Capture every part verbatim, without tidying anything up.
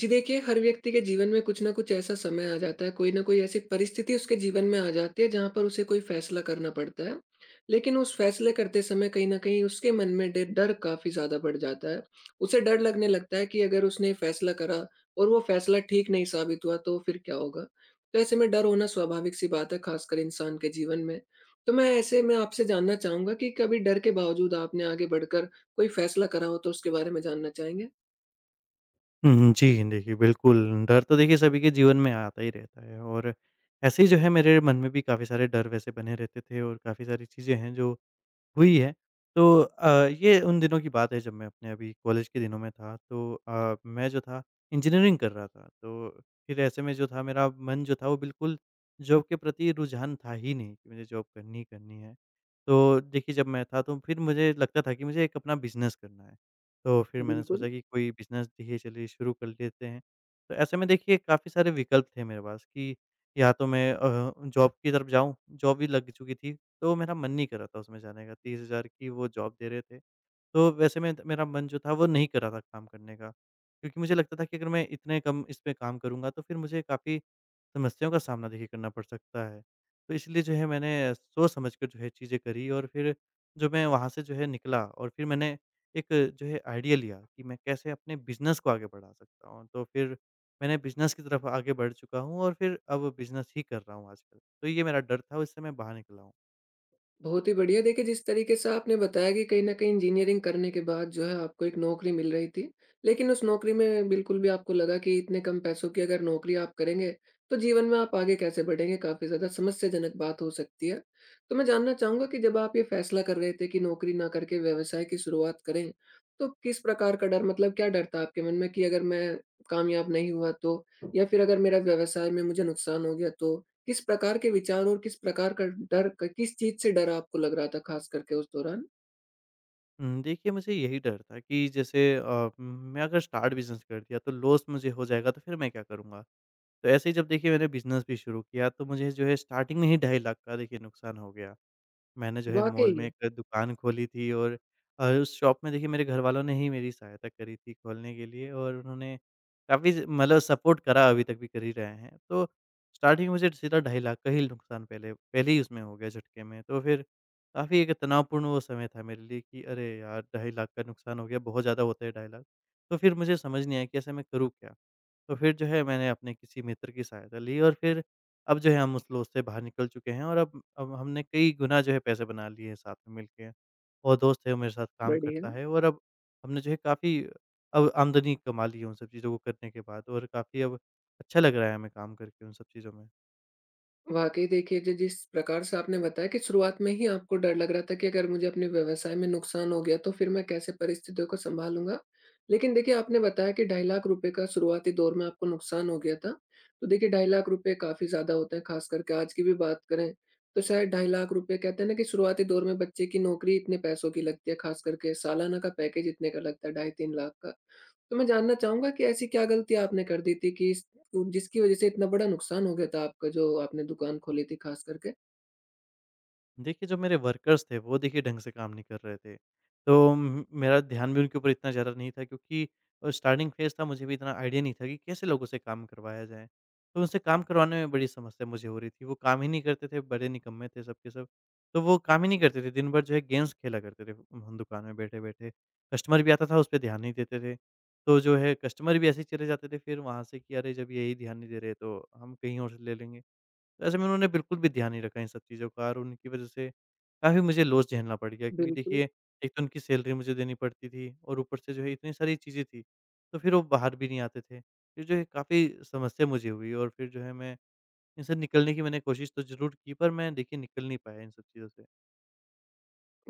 जी देखिए, हर व्यक्ति के जीवन में कुछ न कुछ ऐसा समय आ जाता है, कोई न कोई ऐसी परिस्थिति उसके जीवन में आ जाती है जहाँ पर उसे कोई फैसला करना पड़ता है। लेकिन उस फैसले करते समय कहीं न कहीं उसके मन में डे डर काफ़ी ज़्यादा बढ़ जाता है। उसे डर लगने लगता है कि अगर उसने फैसला करा और वो फैसला ठीक नहीं साबित हुआ, तो फिर क्या होगा? तो ऐसे में डर होना स्वाभाविक सी बात है, ख़ासकर इंसान के जीवन में। तो मैं ऐसे में आपसे जानना चाहूँगा कि कभी डर के बावजूद आपने आगे बढ़कर कोई फैसला करा हो, तो उसके बारे में जानना चाहेंगे? हुँ, जी। देखिए, बिल्कुल, डर तो देखिए सभी के जीवन में आता ही रहता है, और ऐसे ही जो है मेरे मन में भी काफ़ी सारे डर वैसे बने रहते थे और काफ़ी सारी चीज़ें हैं जो हुई है। तो अ, ये उन दिनों की बात है जब मैं अपने अभी कॉलेज के दिनों में था, तो अ, मैं जो था इंजीनियरिंग कर रहा था। तो फिर ऐसे में जो था मेरा मन जो था, वो बिल्कुल जॉब के प्रति रुझान था ही नहीं कि मुझे जॉब करनी ही करनी है। तो देखिए जब मैं था तो फिर मुझे लगता था कि मुझे एक अपना बिज़नेस करना है। तो फिर मैंने बिल्कुल। सोचा कि कोई बिज़नेस देखिए चलिए शुरू कर लेते हैं। तो ऐसे में देखिए काफ़ी सारे विकल्प थे मेरे पास कि या तो मैं अ, जॉब की तरफ जाऊँ, जॉब भी लग चुकी थी, तो मेरा मन नहीं कर रहा था उसमें जाने का, तीस हज़ार की वो जॉब दे रहे थे। तो वैसे में मेरा मन जो था वो नहीं कर रहा था काम करने का, क्योंकि मुझे लगता था कि अगर मैं इतने कम इस पे काम करूँगा तो फिर मुझे काफ़ी समस्याओं का सामना देखिए करना पड़ सकता है। तो इसलिए जो है मैंने सोच समझ कर जो है चीज़ें करी, और फिर जो मैं वहाँ से जो है निकला और फिर मैंने एक जो है आइडिया लिया कि मैं कैसे अपने बिज़नेस को आगे बढ़ा सकता हूँ। तो फिर मैंने बिज़नेस की तरफ आगे बढ़ चुका हूँ और फिर अब बिज़नेस ही कर रहा हूँ आजकल। तो ये मेरा डर था, उससे मैं बाहर निकला हूँ। बहुत ही बढ़िया। देखिए, जिस तरीके से आपने बताया कि कहीं न कहीं इंजीनियरिंग करने के बाद जो है आपको एक नौकरी मिल रही थी। लेकिन उस नौकरी में बिल्कुल भी आपको लगा कि इतने कम पैसों की अगर नौकरी आप करेंगे, तो जीवन में आप आगे कैसे बढ़ेंगे? काफ़ी ज़्यादा समस्याजनक बात हो सकती है। तो मैं जानना चाहूँगा कि जब आप ये फैसला कर रहे थे कि नौकरी ना करके व्यवसाय की शुरुआत करें, तो किस प्रकार का डर, मतलब क्या डर था आपके मन में कि अगर मैं कामयाब नहीं हुआ तो? या फिर अगर मेरा व्यवसाय में मुझे नुकसान हो गया तो? किस प्रकार के विचार और किस प्रकार का डर, क किस चीज़ से डर आपको लग रहा था, ख़ास करके उस दौरान? हुँ, देखिए, मुझे यही डर था कि जैसे अ, मैं अगर स्टार्ट बिज़नेस कर दिया तो लॉस मुझे हो जाएगा, तो फिर मैं क्या करूँगा? तो ऐसे ही जब देखिए मैंने बिज़नेस भी शुरू किया, तो मुझे जो है स्टार्टिंग में ही ढाई लाख का देखिए नुकसान हो गया। मैंने जो है मॉल वाक़ई। में एक दुकान खोली थी, और अ, उस शॉप में देखिए मेरे घरवालों ने ही मेरी सहायता करी थी खोलने के लिए, और उन्होंने काफ़ी ज मतलब सपोर्ट करा, अभी तक भी कर ही रहे हैं। तो स्टार्टिंग में मुझे सीधा ढाई लाख का ही नुकसान पहले पहले ही उसमें हो गया झटके में। तो फिर काफ़ी एक तनावपूर्ण वो समय था मेरे लिए कि अरे यार! ढाई लाख का नुकसान हो गया, बहुत ज़्यादा होता है ढाई लाख। तो फिर मुझे समझ नहीं आया कि ऐसा मैं करूँ क्या? तो फिर जो है मैंने अपने किसी मित्र की सहायता ली, और फिर अब जो है हम उस लोन से बाहर निकल चुके हैं, और अब अब हमने कई गुना जो है पैसे बना लिए हैं साथ में मिलके। और दोस्त है, वो मेरे साथ काम बढ़िया। करता है, और अब हमने जो है काफ़ी अब आमदनी कमा ली है उन सब चीज़ों को करने के बाद, और काफ़ी अब अच्छा लग रहा है हमें काम करके उन सब चीज़ों में। वाक़ई देखिए, जि जिस प्रकार से आपने बताया कि शुरुआत में ही आपको डर लग रहा था कि अगर मुझे अपने व्यवसाय में नुकसान हो गया, तो फिर मैं कैसे परिस्थितियों को सँभालूँगा। लेकिन देखिए, आपने बताया कि ढाई लाख रुपए का शुरुआती दौर में आपको नुकसान हो गया था। तो देखिए, ढाई लाख रुपए काफ़ी ज़्यादा होते हैं, ख़ास करके आज की भी बात करें, तो शायद ढाई लाख रुपए कहते हैं ना कि शुरुआती दौर में बच्चे की नौकरी इतने पैसों की लगती है, ख़ास करके सालाना का पैकेज इतने का लगता है, ढाई तीन लाख का। तो मैं जानना चाहूँगा कि ऐसी क्या गलती आपने कर दी थी कि इस जिसकी वज़ह से इतना बड़ा नुकसान हो गया था आपका, जो आपने दुकान खोली थी ख़ास करके? देखिए, जो मेरे वर्कर्स थे, वो देखिए ढंग से काम नहीं कर रहे थे। तो उम, मेरा ध्यान भी उनके ऊपर इतना ज़्यादा नहीं था, क्योंकि अ, स्टार्टिंग फ़ेज़ था, मुझे भी इतना आइडिया नहीं था कि कैसे लोगों से काम करवाया जाए। तो उनसे काम करवाने में बड़ी समस्या मुझे हो रही थी। वो काम ही नहीं करते थे, बड़े निकम्मे थे सब के सब। तो वो काम ही नहीं करते थे, दिन भर जो है गेम्स खेला करते थे हम दुकान में बैठे-बैठे। कस्टमर भी आता था, उस पे ध्यान नहीं देते थे। तो जो है कस्टमर भी ऐसे ही चले जाते थे फिर वहाँ से कि अरे, जब यही ध्यान नहीं दे रहे, तो हम कहीं और से ले लेंगे। ऐसे में उन्होंने बिल्कुल भी ध्यान नहीं रखा इन सब चीज़ों का, और उनकी वजह से काफ़ी मुझे लॉस झेलना पड़ गया, क्योंकि बिल्कुल। देखिए, एक तो उनकी सैलरी मुझे देनी पड़ती थी और ऊपर से जो है इतनी सारी चीज़ें थी, तो फिर वो बाहर भी नहीं आते थे। फिर जो है काफ़ी समस्या मुझे हुई, और फिर जो है मैं इनसे निकलने की मैंने कोशिश तो ज़रूर की, पर मैं देखिए निकल नहीं पाया इन सब चीज़ों से।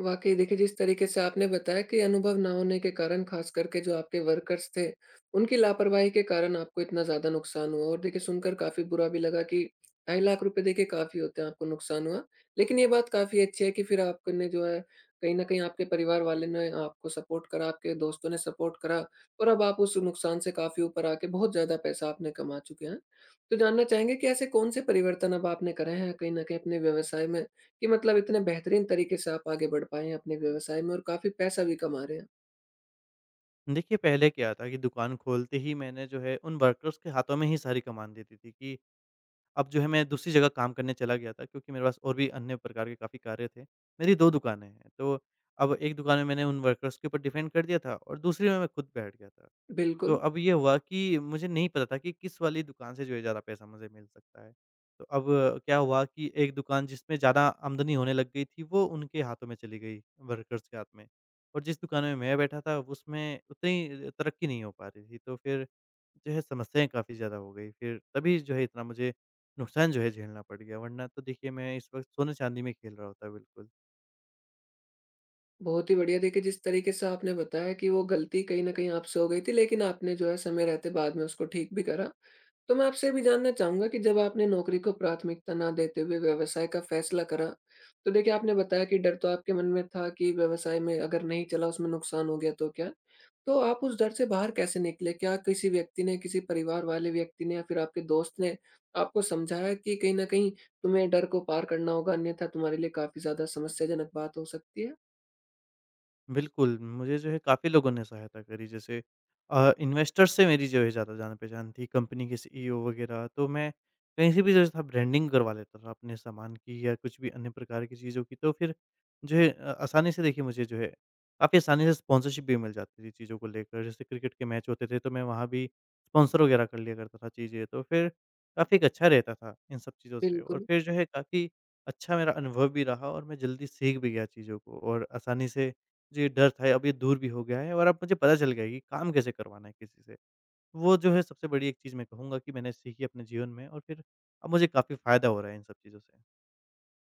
वाकई देखिए, जिस तरीके से आपने बताया कि अनुभव ना होने के कारण ख़ास करके जो आपके वर्कर्स थे, उनकी लापरवाही के कारण आपको इतना ज़्यादा नुकसान हुआ। और देखिए, सुनकर काफ़ी बुरा भी लगा कि ढाई लाख रुपए देखिए काफ़ी होते हैं, आपको नुकसान हुआ। लेकिन ये बात काफ़ी अच्छी है कि फिर आपने जो है, कहीं न कहीं आपके परिवार वाले ने आपको सपोर्ट करा, आपके दोस्तों ने सपोर्ट करा और अब आप उस नुकसान से काफ़ी ऊपर आके बहुत ज़्यादा पैसा आपने कमा चुके हैं। तो जानना चाहेंगे कि ऐसे कौन से परिवर्तन अब आपने करे हैं कहीं न कहीं अपने व्यवसाय में? कि मतलब इतने बेहतरीन तरीके से आप आगे बढ़ पाए हैं अपने व्यवसाय में और काफ़ी पैसा भी कमा रहे हैं। देखिए, पहले क्या था कि दुकान खोलते ही मैंने जो है उन वर्कर्स के हाथों में ही सारी कमान दे दी थी कि अब जो है मैं दूसरी जगह काम करने चला गया था, क्योंकि मेरे पास और भी अन्य प्रकार के काफ़ी कार्य थे। मेरी दो दुकानें हैं, तो अब एक दुकान में मैंने उन वर्कर्स के ऊपर डिपेंड कर दिया था, और दूसरी में मैं खुद बैठ गया था। तो बिल्कुल। अब ये हुआ कि मुझे नहीं पता था कि किस वाली दुकान से जो है ज़्यादा पैसा मुझे मिल सकता है। तो अब क्या हुआ कि एक दुकान जिसमें ज़्यादा आमदनी होने लग गई थी, वो उनके हाथों में चली गई, वर्कर्स के हाथ में। और जिस दुकान में मैं बैठा था, उसमें उतनी तरक्की नहीं हो पा रही थी। तो फिर जो है समस्याएँ काफ़ी ज़्यादा हो गई। फिर तभी जो है इतना मुझे नुकसान जो है झेलना पड़ गया, वरना तो देखिए मैं इस वक़्त सोने-चांदी में खेल रहा होता बिल्कुल। बहुत ही बढ़िया। देखिए, जिस तरीके से आपने बताया कि वो गलती कहीं न कहीं आपसे हो गई थी, लेकिन आपने जो है समय रहते बाद में उसको ठीक भी करा। तो मैं आपसे ये भी जानना चाहूँगा कि जब आपने नौकरी को प्राथमिकता ना देते हुए व्यवसाय का फ़ैसला करा, तो देखिए आपने बताया कि डर तो आपके मन में था कि व्यवसाय में अगर नहीं चला, उसमें नुकसान हो गया तो क्या? तो आप उस डर से बाहर कैसे निकले? क्या किसी व्यक्ति ने, किसी परिवार वाले व्यक्ति ने या फिर आपके दोस्त ने आपको समझाया कि कहीं न कहीं तुम्हें डर को पार करना होगा, अन्यथा तुम्हारे लिए काफ़ी ज़्यादा समस्याजनक बात हो सकती है? बिल्कुल, मुझे जो है काफ़ी लोगों ने सहायता करी, जैसे अ, इन्वेस्टर्स से मेरी जो है ज़्यादा जान-पहचान थी, कंपनी के सीईओ वगैरह, तो मैं कहीं से भी जो था ब्रांडिंग करवा लेता था अपने सामान की या कुछ भी अन्य प्रकार की चीज़ों की, तो फिर जो है अ, आसानी से देखिए मुझे जो है काफ़ी आसानी से स्पॉन्सरशिप भी मिल जाती थी चीज़ों को लेकर। जैसे क्रिकेट के मैच होते थे तो मैं वहाँ भी स्पॉन्सर वगैरह कर लिया करता था चीज़ें, तो फिर काफ़ी एक अच्छा रहता था इन सब चीज़ों से, और बिल्कुल। फिर जो है काफ़ी अच्छा मेरा अनुभव भी रहा, और मैं जल्दी सीख भी गया चीज़ों को और आसानी से। जी, डर था, अब ये दूर भी हो गया है, और अब मुझे पता चल गया है कि काम कैसे करवाना है किसी से। वो जो है सबसे बड़ी एक चीज़ मैं कहूँगा कि मैंने सीखी अपने जीवन में, और फिर अब मुझे काफ़ी फ़ायदा हो रहा है इन सब चीज़ों से।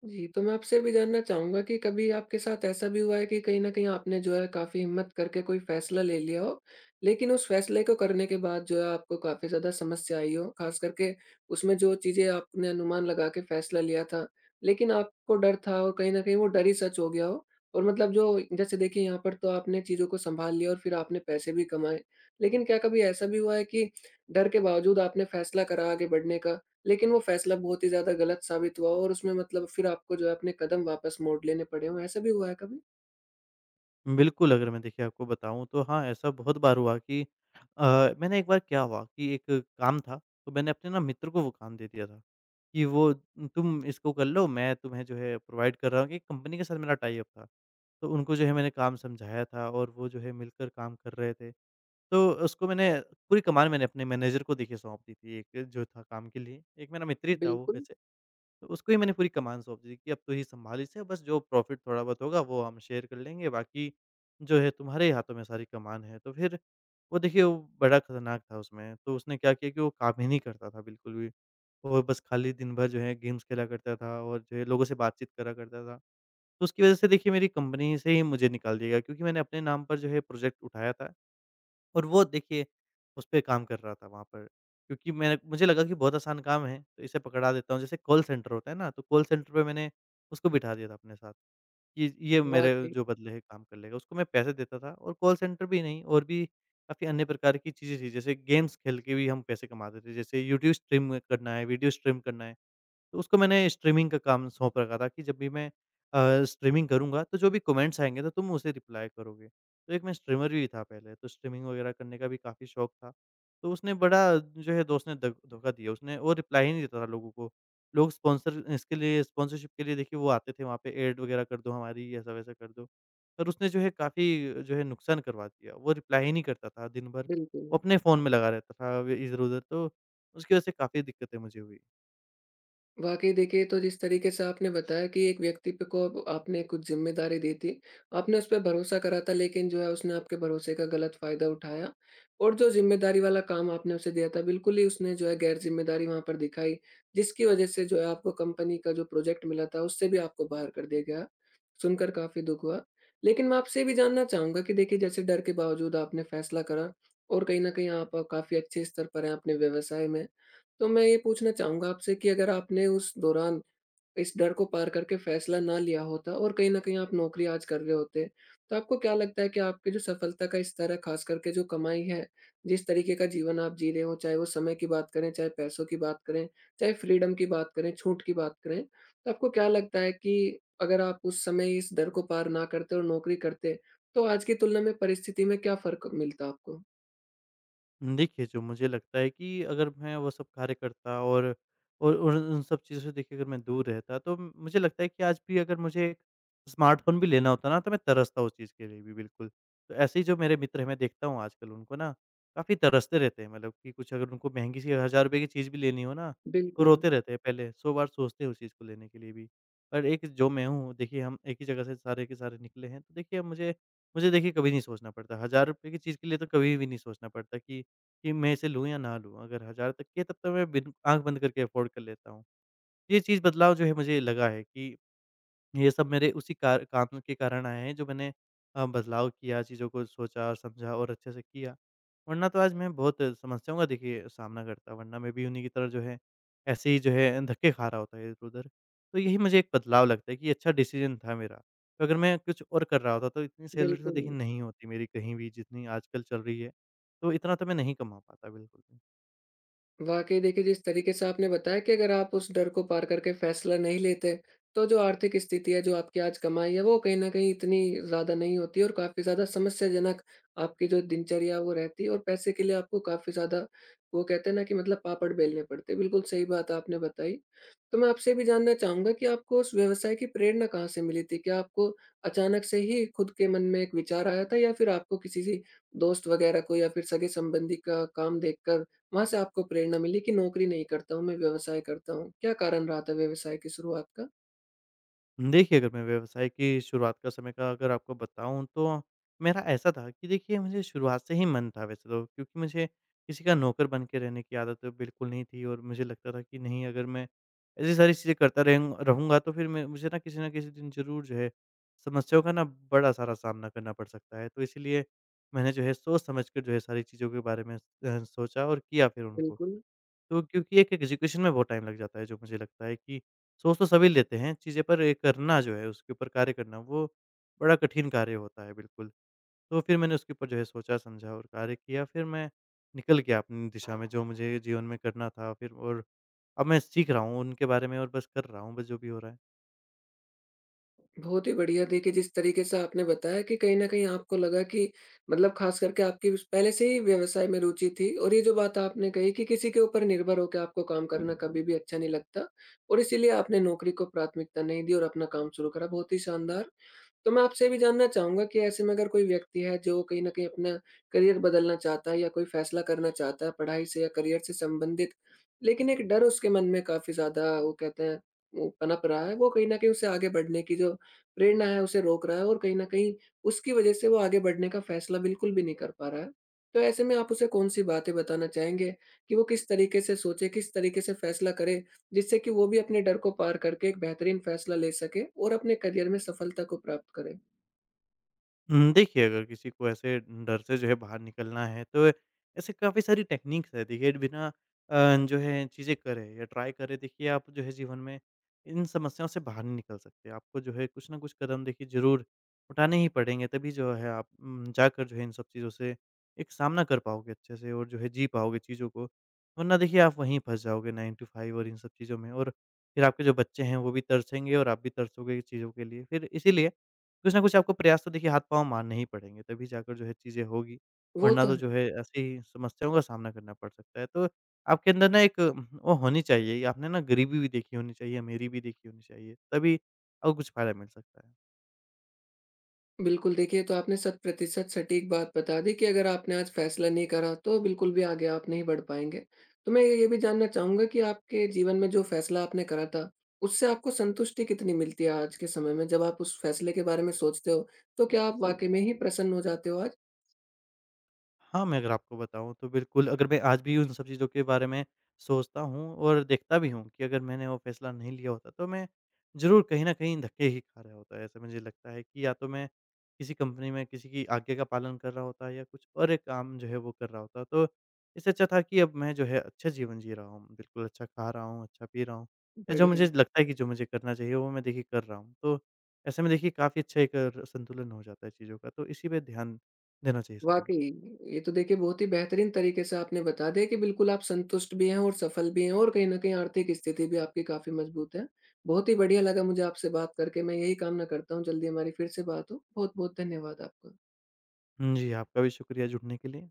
जी। तो मैं आपसे भी जानना चाहूँगा कि कभी आपके साथ ऐसा भी हुआ है कि कहीं न कहीं आपने जो है काफ़ी हिम्मत करके कोई फ़ैसला ले लिया हो, लेकिन उस फ़ैसले को करने के बाद जो है आपको काफ़ी ज़्यादा समस्या आई हो, ख़ास करके उसमें जो चीज़ें आपने अनुमान लगा के फ़ैसला लिया था, लेकिन आपको डर था और कहीं न कहीं वो डर ही सच हो गया हो? और मतलब जो जैसे देखिए, यहाँ पर तो आपने चीज़ों को सँभाल लिया और फिर आपने पैसे भी कमाए, लेकिन क्या कभी ऐसा भी हुआ है कि डर के बावजूद आपने फ़ैसला करा आगे बढ़ने का? लेकिन वो फ़ैसला बहुत ही ज़्यादा गलत साबित हुआ हो और उसमें मतलब फिर आपको जो है अपने कदम वापस मोड़ लेने पड़े हों, ऐसा भी हुआ है कभी? बिल्कुल, अगर मैं देखिए आपको बताऊँ तो हाँ, ऐसा बहुत बार हुआ कि अ, मैंने एक बार क्या हुआ कि एक काम था, तो मैंने अपने ना मित्र को वो काम दे दिया था कि वो तुम इसको कर लो, मैं तुम्हें जो है प्रोवाइड कर रहा हूँ। एक कंपनी के साथ मेरा टाई अप था, तो उनको जो है मैंने काम समझाया था, और वो जो है मिलकर काम कर रहे थे। तो उसको मैंने पूरी कमान मैंने अपने मैनेजर को देखिए सौंप दी थी, एक जो था काम के लिए। एक मेरा मित्र ही था वो बिल्कुल। वैसे, तो उसको ही मैंने पूरी कमान सौंप दी थी कि अब तू ही सँभाल इसे, बस जो प्रॉफ़िट थोड़ा बहुत होगा वो हम शेयर कर लेंगे, बाकी जो है तुम्हारे ही हाथों में सारी कमान है। तो फिर वो देखिए वो बड़ा खतरनाक था उसमें, तो उसने क्या किया कि वो काम ही नहीं करता था बिल्कुल भी। वो बस खाली दिन भर जो है गेम्स खेला करता था और जो है लोगों से बातचीत करा करता था। तो उसकी वज़ह से देखिए मेरी कंपनी से ही मुझे निकाल दिया गया, क्योंकि मैंने अपने नाम पर जो है प्रोजेक्ट उठाया था, और वो देखिए उसपे काम कर रहा था वहाँ पर, क्योंकि मैं मुझे लगा कि बहुत आसान काम है, तो इसे पकड़ा देता हूँ। जैसे कॉल सेंटर होता है ना, तो कॉल सेंटर पे मैंने उसको बिठा दिया था अपने साथ कि ये मेरे वाक़ई। जो बदले है काम कर लेगा। उसको मैं पैसे देता था, और कॉल सेंटर भी नहीं, और भी काफ़ी अन्य प्रकार की चीज़ें थी, जैसे गेम्स खेल के भी हम पैसे कमाते थे। जैसे यूट्यूब स्ट्रीम करना है, वीडियो स्ट्रीम करना है। तो उसको मैंने स्ट्रीमिंग का काम सौंप रखा था कि जब भी मैं अ, स्ट्रीमिंग करूँगा तो जो भी कमेंट्स आएँगे तो तुम उसे रिप्लाई करोगे। तो एक मैं स्ट्रीमर भी था पहले, तो स्ट्रीमिंग वगैरह करने का भी काफ़ी शौक था। तो उसने बड़ा जो है दोस्त ने ध धोखा दिया, उसने वो रिप्लाई ही नहीं देता था लोगों को। लोग स्पॉन्सर इसके लिए स्पॉन्सरशिप के लिए देखिए वो आते थे वहाँ पे, ऐड वगैरह कर दो हमारी, ऐसा-वैसा कर दो। पर उसने जो है काफ़ी जो है नुकसान करवा दिया, वो रिप्लाई ही नहीं करता था दिन भर। बिल्कुल। वो अपने फ़ोन में लगा रहता था व इधर-उधर, तो उसकी वज़ह से काफ़ी दिक्कतें मुझे हुई। वाक़ई देखिए, तो जिस तरीके से आपने बताया कि एक व्यक्ति पे को अब आपने कुछ ज़िम्मेदारी दी थी, आपने उस पे भरोसा करा था, लेकिन जो है उसने आपके भरोसे का गलत फ़ायदा उठाया और जो ज़िम्मेदारी वाला काम आपने उसे दिया था, बिल्कुल ही उसने जो है गैर-ज़िम्मेदारी वहाँ पर दिखाई, जिसकी वज़ह से जो है आपको कंपनी का जो प्रोजेक्ट मिला था, उससे भी आपको बाहर कर दिया गया। सुनकर काफ़ी दुःख हुआ। लेकिन मैं आपसे ये भी जानना चाहूँगा कि देखिए, जैसे डर के बावजूद आपने फ़ैसला करा और कहीं न कहीं आप काफ़ी अच्छे स्तर पर हैं अपने व्यवसाय में। तो मैं ये पूछना चाहूँगा आपसे कि अगर आपने उस दौरान इस डर को पार करके फ़ैसला ना लिया होता और कहीं न कहीं आप नौकरी आज कर रहे होते, तो आपको क्या लगता है कि आपकी जो सफलता का स्तर है, ख़ास करके जो कमाई है, जिस तरीके का जीवन आप जी रहे हो, चाहे वो समय की बात करें, चाहे पैसों की बात करें, चाहे फ्रीडम की बात करें, छूट की बात करें, तो आपको क्या लगता है कि अगर आप उस समय इस डर को पार ना करते और नौकरी करते, तो आज की तुलना में परिस्थिति में क्या फ़र्क मिलता आपको? देखिए, जो मुझे लगता है कि अगर मैं वो सब कार्य करता और और और उन सब चीज़ों से देखिए अगर मैं दूर रहता, तो मुझे लगता है कि आज भी अगर मुझे एक स्मार्टफ़ोन भी लेना होता ना, तो मैं तरसता उस चीज़ के लिए भी बिल्कुल। तो ऐसे ही जो मेरे मित्र हैं, मैं देखता हूँ आजकल उनको ना, काफ़ी तरसते रहते हैं, मतलब कि कुछ अगर उनको महँगी सी ₹एक हज़ार रुपये की चीज़ भी लेनी हो ना, तो बिल्कुल। रोते रहते हैं पहले, सौ बार सोचते हैं उस चीज़ को लेने के लिए भी। पर एक जो मैं हूँ, देखिए हम एक ही जगह से सारे के सारे निकले हैं, तो देखिए अब मुझे मुझे देखिए कभी नहीं सोचना पड़ता, ₹एक हज़ार रुपये की चीज़ के लिए तो कभी भी नहीं सोचना पड़ता कि कि मैं इसे लूँ या ना लूँ? अगर हज़ार तक की है तब तो मैं बिन आँख बंद करके अफ़ोर्ड कर लेता हूँ। ये चीज़ बदलाव जो है मुझे लगा है कि ये सब मेरे उसी कार काम के कारण आए हैं, जो मैंने अ, बदलाव किया, चीज़ों को सोचा और समझा और अच्छे से किया। वरना तो आज मैं बहुत समस्याओं का देखिए सामना करता, वरना मैं भी उन्हीं की तरह जो है ऐसे ही जो है धक्के खा रहा होता इधर-उधर। तो यही मुझे एक बदलाव लगता है कि अच्छा डिसीज़न था मेरा। तो अगर मैं कुछ और कर रहा होता तो इतनी सैलरी तो देखिए बिल्कुल। नहीं होती मेरी कहीं भी, जितनी आजकल चल रही है। तो इतना तो मैं नहीं कमा पाता बिल्कुल भी। वाकई देखिए, जिस तरीके से आपने बताया कि अगर आप उस डर को पार करके फैसला नहीं लेते, तो जो आर्थिक स्थिति है, जो आपकी आज कमाई है, वो कहीं न कहीं इतनी ज़्यादा नहीं होती और काफ़ी ज़्यादा समस्याजनक आपकी जो दिनचर्या है, वो रहती है और पैसे के लिए आपको काफ़ी ज़्यादा, वो कहते हैं ना कि मतलब पापड़ बेलने पड़ते हैं। बिल्कुल सही बात आपने बताई। तो मैं आपसे ये भी जानना चाहूँगा कि आपको उस व्यवसाय की प्रेरणा कहाँ से मिली थी? क्या आपको अचानक से ही खुद के मन में एक विचार आया था या फिर आपको किसी से, दोस्त वग़ैरह को या फिर सगे-संबंधी का काम देखकर वहाँ से आपको प्रेरणा मिली कि नौकरी नहीं करता हूँ, मैं व्यवसाय करता हूँ? क्या कारण रहा था व्यवसाय की शुरुआत का? देखिए, अगर मैं व्यवसाय की शुरुआत का समय का अगर आपको बताऊँ, तो मेरा ऐसा था कि देखिए मुझे शुरुआत से ही मन था वैसे तो, क्योंकि मुझे किसी का नौकर बन के रहने की आदत तो बिल्कुल नहीं थी और मुझे लगता था कि नहीं, अगर मैं ऐसी सारी चीज़ें करता रहूँ रहूँगा तो फिर मैं मुझे ना किसी न किसी दिन ज़रूर जो है समस्याओं का ना बड़ा सारा सामना करना पड़ सकता है। तो इसीलिए मैंने जो है सोच समझ कर जो है सारी चीज़ों के बारे में अ, सोचा और किया फिर उनको। बिल्कुल। तो क्योंकि एक एग्ज़ीक्यूशन में बहुत टाइम लग जाता है, जो मुझे लगता है कि सोच तो सभी लेते हैं चीज़ें, पर ये करना जो है, उसके ऊपर कार्य करना, वो बड़ा कठिन कार्य होता है, बिल्कुल। तो फिर मैंने उसके ऊपर जो है सोचा, समझा और कार्य किया, फिर मैं निकल गया अपनी दिशा में, जो मुझे जीवन में करना था फिर। और अब मैं सीख रहा हूँ उनके बारे में और बस कर रहा हूँ, बस जो भी हो रहा है। बहुत ही बढ़िया। देखिए, जिस तरीके से आपने बताया कि कहीं न कहीं आपको लगा कि मतलब ख़ास करके आपकी उस पहले से ही व्यवसाय में रुचि थी और ये जो बात आपने कही कि किसी के ऊपर निर्भर होके आपको काम करना कभी भी अच्छा नहीं लगता, और इसीलिए आपने नौकरी को प्राथमिकता नहीं दी और अपना काम शुरू करा, बहुत ही शानदार। तो मैं आपसे ये भी जानना चाहूँगा कि ऐसे में अगर कोई व्यक्ति है जो कहीं न कहीं अपना करियर बदलना चाहता है या कोई फ़ैसला करना चाहता है पढ़ाई से या करियर से संबंधित, लेकिन एक डर उसके मन में काफ़ी ज़्यादा, वो कहते हैं, वो पनप रहा है, वो कहीं न कहीं उसे आगे बढ़ने की जो प्रेरणा है उसे रोक रहा है और कहीं न कहीं उसकी वजह से वो आगे बढ़ने का फ़ैसला बिल्कुल भी नहीं कर पा रहा है। तो ऐसे में आप उसे कौन-सी बातें बताना चाहेंगे कि वो किस तरीके से सोचे, किस तरीके से फ़ैसला करे, जिससे कि वो भी अपने डर को पार करके एक बेहतरीन फ़ैसला ले सके और अपने करियर में सफलता को प्राप्त करे? उम, देखिए, अगर किसी को ऐसे डर से जो है बाहर निकलना है, तो ऐसे काफ़ी सारी टेक्निक्स है देखिए। बिना अ, जो है चीज़ें करे या ट्राई करे, देखिए आप जो है जीवन में इन समस्याओं से बाहर नहीं निकल सकते। आपको जो है कुछ न कुछ कदम देखिए ज़रूर उठाने ही पड़ेंगे, तभी जो है आप उम, जाकर जो है इन सब चीज़ों से एक सामना कर पाओगे अच्छे से और जो है जी पाओगे चीज़ों को। वरना देखिए आप वहीं फँस जाओगे नाइन टू फ़ाइव और इन सब चीज़ों में और फिर आपके जो बच्चे हैं वो भी तरसेंगे और आप भी तरसोगे चीज़ों के लिए। फिर इसीलिए कुछ ना कुछ आपको प्रयास तो देखिए हाथ-पाँव मारने ही पड़ेंगे, तभी जाकर जो है चीज़ें होगी, वो वरना तो तो है। जो है ऐसी समस्याओं का सामना करना पड़ सकता है। तो आपके अंदर ना एक अम, वो होनी चाहिए, आपने ना गरीबी भी देखी होनी चाहिए, अमीरी भी देखी होनी चाहिए, तभी आपको कुछ फ़ायदा मिल सकता है। बिल्कुल। देखिए, ये तो आपने शत प्रतिशत सटीक बात बता दी कि अगर आपने आज फैसला नहीं करा, तो बिल्कुल भी आगे आप नहीं बढ़ पाएँगे। तो मैं ये भी जानना चाहूँगा कि आपके जीवन में जो फैसला आपने करा था, उससे आपको संतुष्टि कितनी मिलती है आज के समय में? जब आप उस फैसले के बारे में सोचते हो, तो क्या आप वाक़ई में ही प्रसन्न हो जाते हो आज? हाँ, मैं अगर आपको बताऊँ तो बिल्कुल, अगर मैं आज भी उन सब चीज़ों के बारे में सोचता हूँ और देखता भी हूँ कि अगर मैंने वो फ़ैसला नहीं लिया होता, तो मैं ज़रूर कहीं न कहीं धक्के ही खा रहा होता। ऐसा मुझे लगता है कि या तो मैं किसी कंपनी में किसी की आज्ञा का पालन कर रहा होता, या कुछ और एक काम जो है वो कर रहा होता। तो इससे अच्छा था कि अब मैं जो है अच्छा जीवन जी रहा हूँ, बिल्कुल अच्छा खा रहा हूँ, अच्छा पी रहा हूँ। या जो मुझे बढ़िया। लगता है कि जो मुझे करना चाहिए वो मैं देखिए कर रहा हूँ। तो ऐसे में देखिए काफ़ी अच्छा एक संतुलन हो जाता है चीज़ों का। तो इसी पे ध्यान देना चाहिए सभी को। वाक़ई, ये तो देखिए बहुत ही बेहतरीन तरीके से आपने बता दिया कि बिल्कुल आप संतुष्ट भी हैं और सफल भी हैं और कहीं न कहीं आर्थिक स्थिति भी आपकी काफ़ी मज़बूत है। बहुत ही बढ़िया लगा मुझे आपसे बात करके, मैं यही कामना करता हूँ जल्दी हमारी फिर से बात हो। बहुत-बहुत धन्यवाद आपका। हुँ, जी, आपका भी शुक्रिया जुड़ने के लिए।